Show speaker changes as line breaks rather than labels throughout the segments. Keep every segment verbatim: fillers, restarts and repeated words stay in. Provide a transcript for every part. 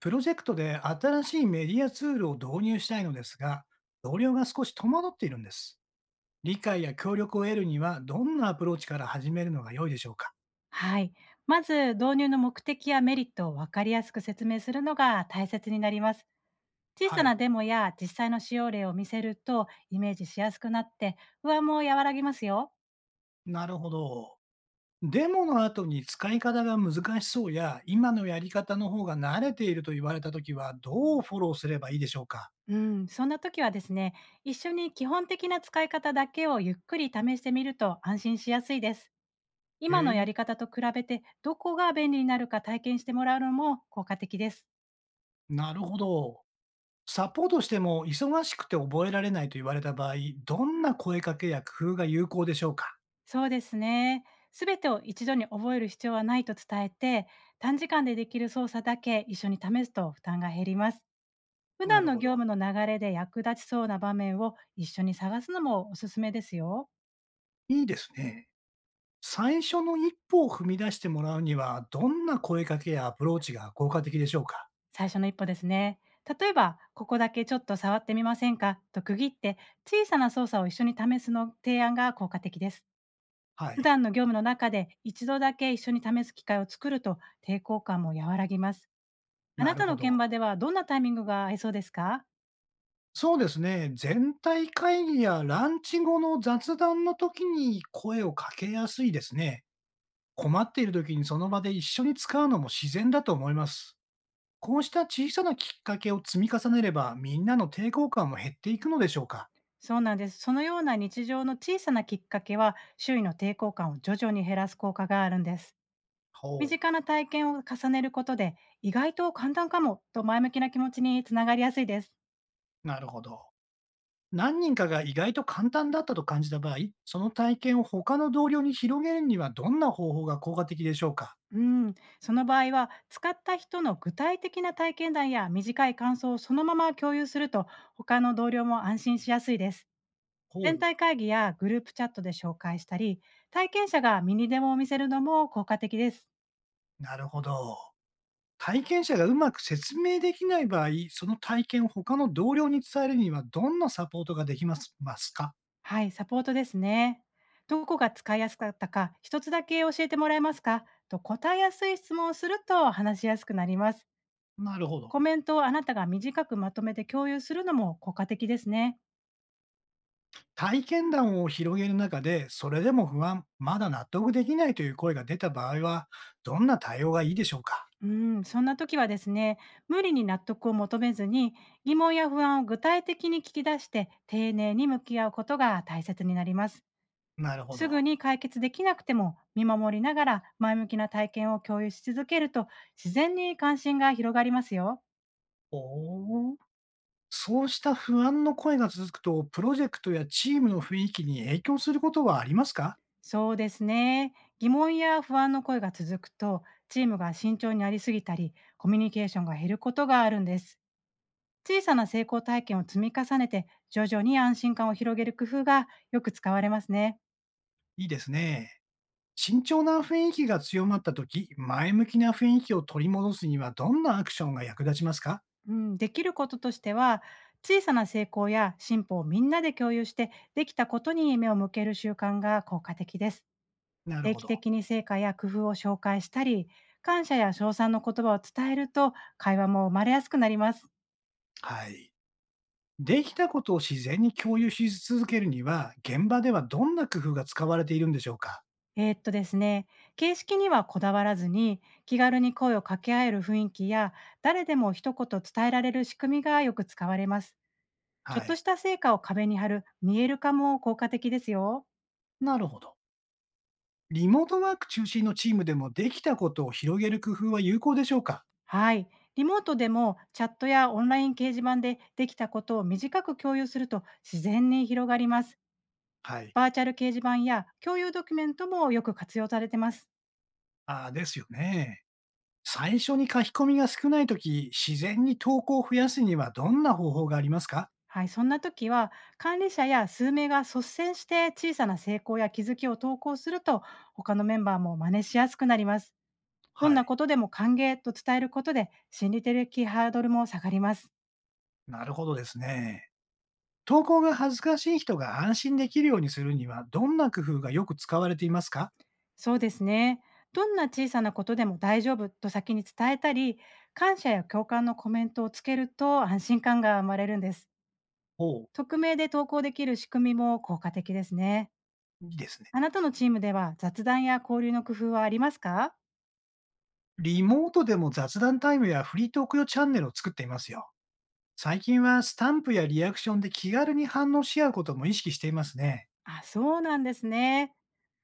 プロジェクトで新しいメディアツールを導入したいのですが、同僚が少し戸惑っているんです。理解や協力を得るには、どんなアプローチから始めるのが良いでしょうか？
はい。まず、導入の目的やメリットを分かりやすく説明するのが大切になります。小さ
は
な
い。
デモや実際の使用例を見せるとイメージしやすくなって、不安も和らぎますよ。
なるほど。デモの後に使い方が難しそうや、今のやり方の方が慣れていると言われたときは、どうフォローすればいいでしょうか？
うん、そんな時はですね、一緒に基本的な使い方だけをゆっくり試してみると安心しやすいです。
へ
今のや
え、
り方と比べてどこが便利になるか体験してもらうのも効果的です。
なるほど。サポートしても忙しくて覚えられないと言われた場合、どんな声かけや工夫が有効でしょうか？
そうですね。すべてを一度に覚える必要はないと伝えて、短時間でできる操作だけ一緒に試すと負担が減ります。普
な
段
る
の
ほど。
業務の流れで役立ちそうな場面を一緒に探すのもおすすめですよ。
いいですね。最初の一歩を踏み出してもらうには、どんな声かけやアプローチが効果的でしょうか？
最初の一歩ですね。例えば、ここだけちょっと触ってみませんかと区切って、小さな操作を一緒に試すの提案が効果的です。
は
普
い、
段の業務の中で一度だけ一緒に試す機会を作ると、抵抗感も和らぎます。あ
な
な
る
たの
ほ
現
ど。
場ではどんなタイミングが合いそうですか？
そうですね、全体会議やランチ後の雑談の時に声をかけやすいですね。困っている時にその場で一緒に使うのも自然だと思います。こうした小さなきっかけを積み重ねれば、みんなの抵抗感も減っていくのでしょうか？
そうなんです。そのような日常の小さなきっかけは、周囲の抵抗感を徐々に減らす効果があるんです。身
ほう、
近な体験を重ねることで、意外と簡単かもと前向きな気持ちにつながりやすいです。
なるほど。何人かが意外と簡単だったと感じた場合、その体験を他の同僚に広げるにはどんな方法が効果的でしょうか？
うん、その場合は、使った人の具体的な体験談や短い感想をそのまま共有すると、他の同僚も安心しやすいです。
ほ
全
う。
体会議やグループチャットで紹介したり、体験者がミニデモを見せるのも効果的です。
なるほど。体験者がうまく説明できない場合、その体験を他の同僚に伝えるにはどんなサポートができますますか？
はい、サポートですね。どこが使いやすかったか、一つだけ教えてもらえますかと答えやすい質問をすると話しやすくなります。
なるほど。
コメントをあなたが短くまとめて共有するのも効果的ですね。
体験談を広げる中で、それでも不安、まだ納得できないという声が出た場合は、どんな対応がいいでしょうか？
うん、そんな時はですね、無理に納得を求めずに、疑問や不安を具体的に聞き出して、丁寧に向き合うことが大切になります。
なるほ
すぐ
ど。
に解決できなくても、見守りながら前向きな体験を共有し続けると、自然に関心が広がりますよ。
おお。そうした不安の声が続くと、プロジェクトやチームの雰囲気に影響することはありますか？
そうですね。疑問や不安の声が続くと、チームが慎重になりすぎたり、コミュニケーションが減ることがあるんです。小さな成功体験を積み重ねて、徐々に安心感を広げる工夫がよく使われますね。
いいですね。慎重な雰囲気が強まったとき、前向きな雰囲気を取り戻すにはどんなアクションが役立ちますか？
うん、できることとしては、小さな成功や進歩をみんなで共有して、できたことに目を向ける習慣が効果的です。
なる
定
ほ
期
ど。
的に成果や工夫を紹介したり、感謝や称賛の言葉を伝えると、会話も生まれやすくなります。
はい。できたことを自然に共有し続けるには、現場ではどんな工夫が使われているんでしょうか？
えーっとですね、形式にはこだわらずに、気軽に声を掛け合える雰囲気や、誰でも一言伝えられる仕組みがよく使われます。ちょ
は
っとし
い。
た成果を壁に貼る見える化も効果的ですよ。
なるほど。リモートワーク中心のチームでもできたことを広げる工夫は有効でしょうか？
はい。リモートでもチャットやオンライン掲示板でできたことを短く共有すると、自然に広がります。
はい。
バーチャル掲示板や共有ドキュメントもよく活用されてます。
ああ、ですよね。最初に書き込みが少ないとき、自然に投稿を増やすにはどんな方法がありますか？
はい、そんな時は、管理者や数名が率先して小さな成功や気づきを投稿すると、他のメンバーも真似しやすくなります。どん
は
な
い。
ことでも歓迎と伝えることで心理的ハードルも下がります。
なるほどですね。投稿が恥ずかしい人が安心できるようにするには、どんな工夫がよく使われていますか？
そうですね。どんな小さなことでも大丈夫と先に伝えたり、感謝や共感のコメントをつけると安心感が生まれるんです。
おう、
匿名で投稿できる仕組みも効果的ですね。
いいですね。
あなたのチームでは雑談や交流の工夫はありますか？
リモートでも雑談タイムやフリートーク用チャンネルを作っていますよ。最近はスタンプやリアクションで気軽に反応し合うことも意識していますね。
あ、そうなんですね。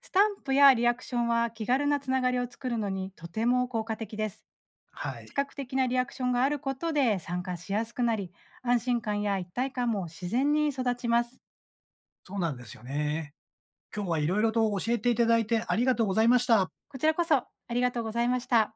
スタンプやリアクションは気軽なつながりを作るのにとても効果的です。
は
視
い。
覚的なリアクションがあることで参加しやすくなり、安心感や一体感も自然に育ちます。
そうなんですよね。今日はいろいろと教えていただいてありがとうございました。
こちらこそありがとうございました。